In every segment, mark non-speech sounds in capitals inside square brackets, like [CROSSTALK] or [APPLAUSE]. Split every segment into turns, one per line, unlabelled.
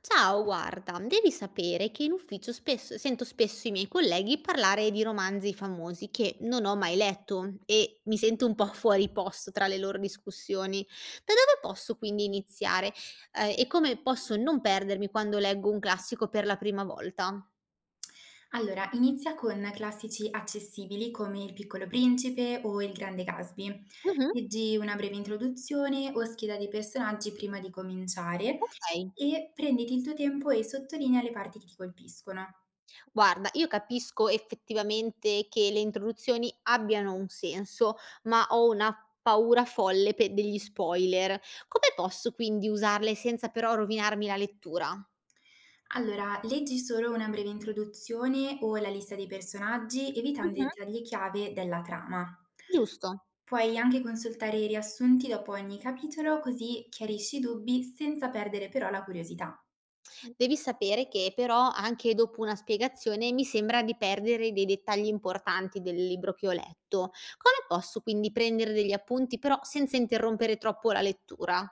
Ciao, guarda, devi sapere che in ufficio sento spesso i miei colleghi parlare di romanzi famosi che non ho mai letto e mi sento un po' [LAUGHS] fuori posto tra le loro discussioni. Da dove posso quindi iniziare? E come posso non perdermi quando leggo un classico per la prima volta?
Allora, inizia con classici accessibili come Il Piccolo Principe o Il Grande Gatsby.
Mhm.
Leggi una breve introduzione o scheda dei personaggi prima di cominciare
Ok.
e prenditi il tuo tempo e sottolinea le parti che ti colpiscono.
Guarda, io capisco effettivamente che le introduzioni abbiano un senso, ma ho una paura folle pe degli spoiler. Come posso quindi usarle senza però rovinarmi la lettura?
Allora, leggi solo una breve introduzione o la lista dei personaggi, evitando i
Mh-mh,
dettagli chiave della trama.
giusto.
Puoi anche consultare i riassunti dopo ogni capitolo, così chiarisci i dubbi senza perdere però la curiosità.
Devi sapere che però anche dopo una spiegazione mi sembra di perdere dei dettagli importanti del libro che ho letto. Come posso quindi prendere degli appunti però senza interrompere troppo la lettura?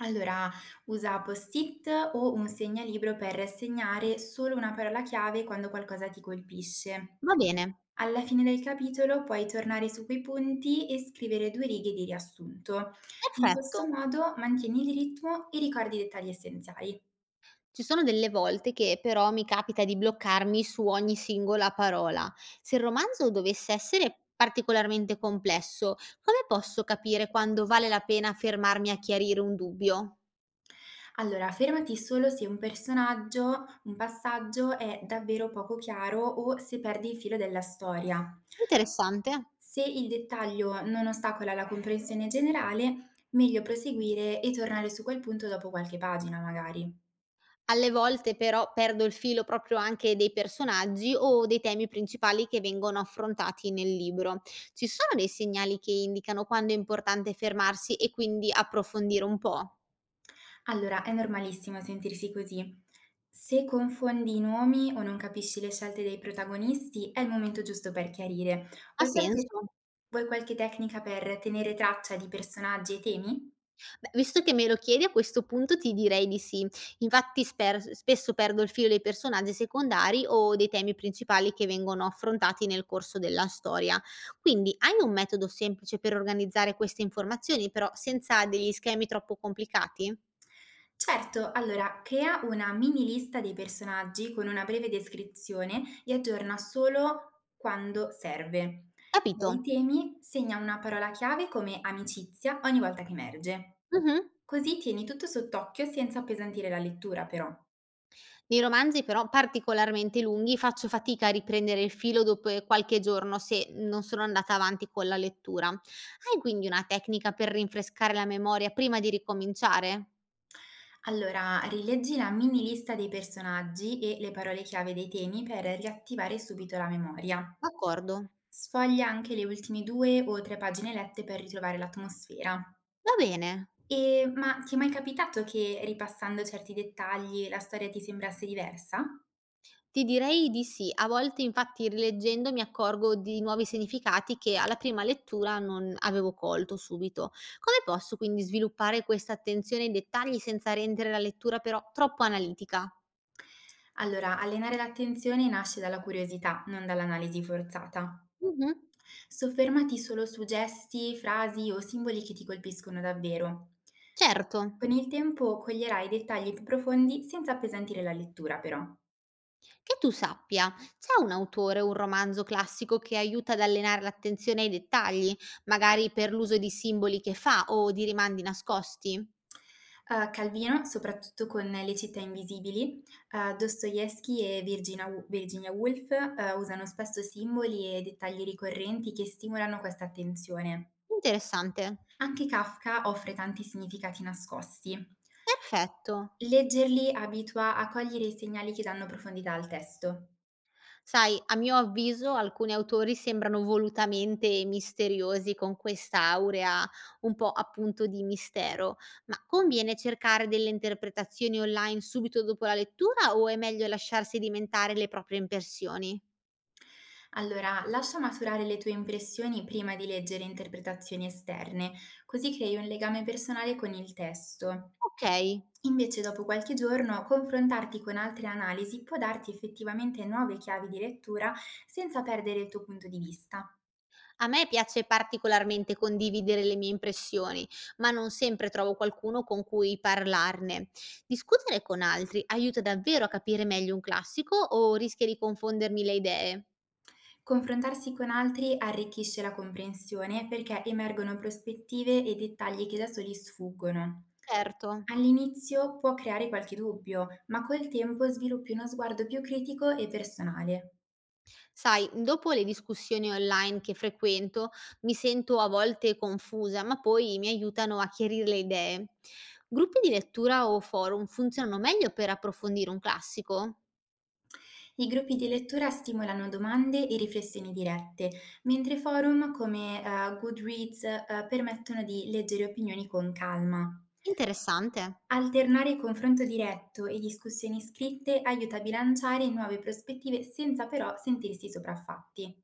Allora, usa post-it o un segnalibro per segnare solo una parola chiave quando qualcosa ti colpisce.
Va bene,
Alla fine del capitolo puoi tornare su quei punti e scrivere due righe di riassunto. In
perfetto.
questo modo mantieni il ritmo e ricordi i dettagli essenziali.
Ci sono delle volte che però mi capita di bloccarmi su ogni singola parola. Se il romanzo dovesse essere particolarmente complesso, come posso capire quando vale la pena fermarmi a chiarire un dubbio?
Allora, fermati solo se un personaggio, un passaggio è davvero poco chiaro o se perdi il filo della storia.
Interessante.
Se il dettaglio non ostacola la comprensione generale, meglio proseguire e tornare su quel punto dopo qualche pagina, magari.
Alle volte però perdo il filo proprio anche dei personaggi o dei temi principali che vengono affrontati nel libro. Ci sono dei segnali che indicano quando è importante fermarsi e quindi approfondire un po'?
Allora, è normalissimo sentirsi così. Se confondi i nomi o non capisci le scelte dei protagonisti, è il momento giusto per chiarire.
Ha
Vuoi qualche,
senso?
vuoi qualche tecnica per tenere traccia di personaggi e temi?
Beh, visto che me lo chiedi a questo punto ti direi di sì. Infatti sper spesso perdo il filo dei personaggi secondari o dei temi principali che vengono affrontati nel corso della storia. Quindi hai un metodo semplice per organizzare queste informazioni, però senza degli schemi troppo complicati?
Certo, allora crea una mini lista dei personaggi con una breve descrizione e aggiorna solo quando serve.
Capito.
Per i temi segna una parola chiave come amicizia ogni volta che emerge.
Mh-mh.
Così tieni tutto sott'occhio senza appesantire la lettura, però.
Nei romanzi però particolarmente lunghi faccio fatica a riprendere il filo dopo, qualche giorno se non sono andata avanti con la lettura. Hai quindi una tecnica per rinfrescare la memoria prima di ricominciare?
Allora, rileggi la mini lista dei personaggi e le parole chiave dei temi per riattivare subito la memoria.
D'accordo,
Sfoglia anche le ultime due o tre pagine lette per ritrovare l'atmosfera.
va bene.
E ma ti è mai capitato che ripassando certi dettagli la storia ti sembrasse diversa?
Ti direi di sì. A volte infatti rileggendo mi accorgo di nuovi significati che alla prima lettura non avevo colto subito. Come posso quindi sviluppare questa attenzione ai dettagli senza rendere la lettura però troppo analitica?
Allora, allenare l'attenzione nasce dalla curiosità, non dall'analisi forzata.
Mhm.
Soffermati solo su gesti, frasi o simboli che ti colpiscono davvero.
Certo.
Con il tempo coglierai dettagli più profondi senza appesantire la lettura, però.
Che tu sappia, c'è un autore o un romanzo classico che aiuta ad allenare l'attenzione ai dettagli, magari per l'uso di simboli che fa o di rimandi nascosti?
Calvino, soprattutto con Le città invisibili, Dostoevskij e Virgina Wo Virginia Woolf, usano spesso simboli e dettagli ricorrenti che stimolano questa attenzione.
Interessante.
Anche Kafka offre tanti significati nascosti.
Perfetto.
Leggerli abitua a cogliere i segnali che danno profondità al testo.
Sai, a mio avviso alcuni autori sembrano volutamente misteriosi con questa aurea un po' appunto di mistero, ma conviene cercare delle interpretazioni online subito dopo la lettura o è meglio lasciarsi diventare le proprie impressioni?
Allora, lascia maturare le tue impressioni prima di leggere interpretazioni esterne, così crei un legame personale con il testo.
Ok.
Invece dopo qualche giorno, confrontarti con altre analisi può darti effettivamente nuove chiavi di lettura senza perdere il tuo punto di vista.
A me piace particolarmente condividere le mie impressioni, ma non sempre trovo qualcuno con cui parlarne. Discutere con altri aiuta davvero a capire meglio un classico o rischia di confondermi le idee?
Confrontarsi con altri arricchisce la comprensione perché emergono prospettive e dettagli che da soli sfuggono.
Certo.
All'inizio può creare qualche dubbio, ma col tempo sviluppi uno sguardo più critico e personale.
Sai, dopo le discussioni online che frequento, mi sento a volte confusa, ma poi mi aiutano a chiarire le idee. Gruppi di lettura o forum funzionano meglio per approfondire un classico?
I gruppi di lettura stimolano domande e riflessioni dirette, mentre forum come Goodreads permettono di leggere opinioni con calma.
Interessante.
Alternare confronto diretto e discussioni scritte aiuta a bilanciare nuove prospettive senza però sentirsi sopraffatti.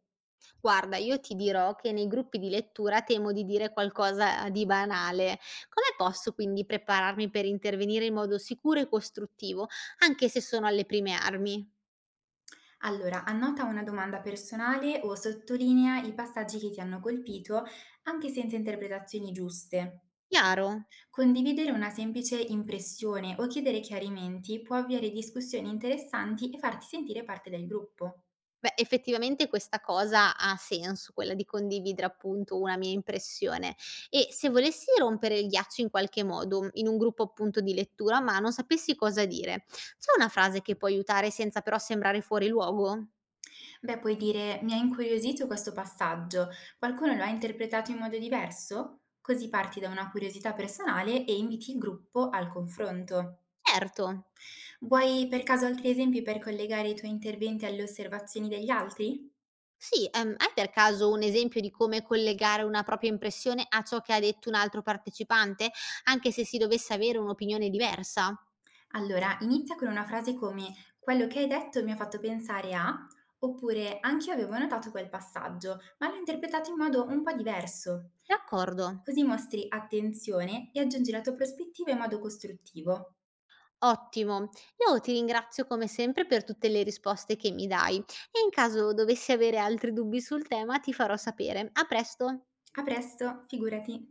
Guarda, io ti dirò che nei gruppi di lettura temo di dire qualcosa di banale. Come posso quindi prepararmi per intervenire in modo sicuro e costruttivo, anche se sono alle prime armi?
Allora, annota una domanda personale o sottolinea i passaggi che ti hanno colpito, anche senza interpretazioni giuste.
Chiaro?
Condividere una semplice impressione o chiedere chiarimenti può avviare discussioni interessanti e farti sentire parte del gruppo.
Beh, effettivamente questa cosa ha senso, quella di condividere appunto una mia impressione. E se volessi rompere il ghiaccio in qualche modo, in un gruppo appunto di lettura, ma non sapessi cosa dire, c'è una frase che può aiutare senza però sembrare fuori luogo?
Beh, puoi dire mi ha incuriosito questo passaggio, qualcuno lo ha interpretato in modo diverso? Così parti da una curiosità personale e inviti il gruppo al confronto.
Certo.
Vuoi per caso altri esempi per collegare i tuoi interventi alle osservazioni degli altri?
Sì, hai per caso un esempio di come collegare una propria impressione a ciò che ha detto un altro partecipante, anche se si dovesse avere un'opinione diversa?
Allora, inizia con una frase come quello che hai detto mi ha fatto pensare a, oppure anch'io avevo notato quel passaggio, ma l'ho interpretato in modo un po' diverso.
D'accordo.
Così mostri attenzione e aggiungi la tua prospettiva in modo costruttivo.
Ottimo, io ti ringrazio come sempre per tutte le risposte che mi dai e in caso dovessi avere altri dubbi sul tema ti farò sapere. A presto!
A presto, figurati!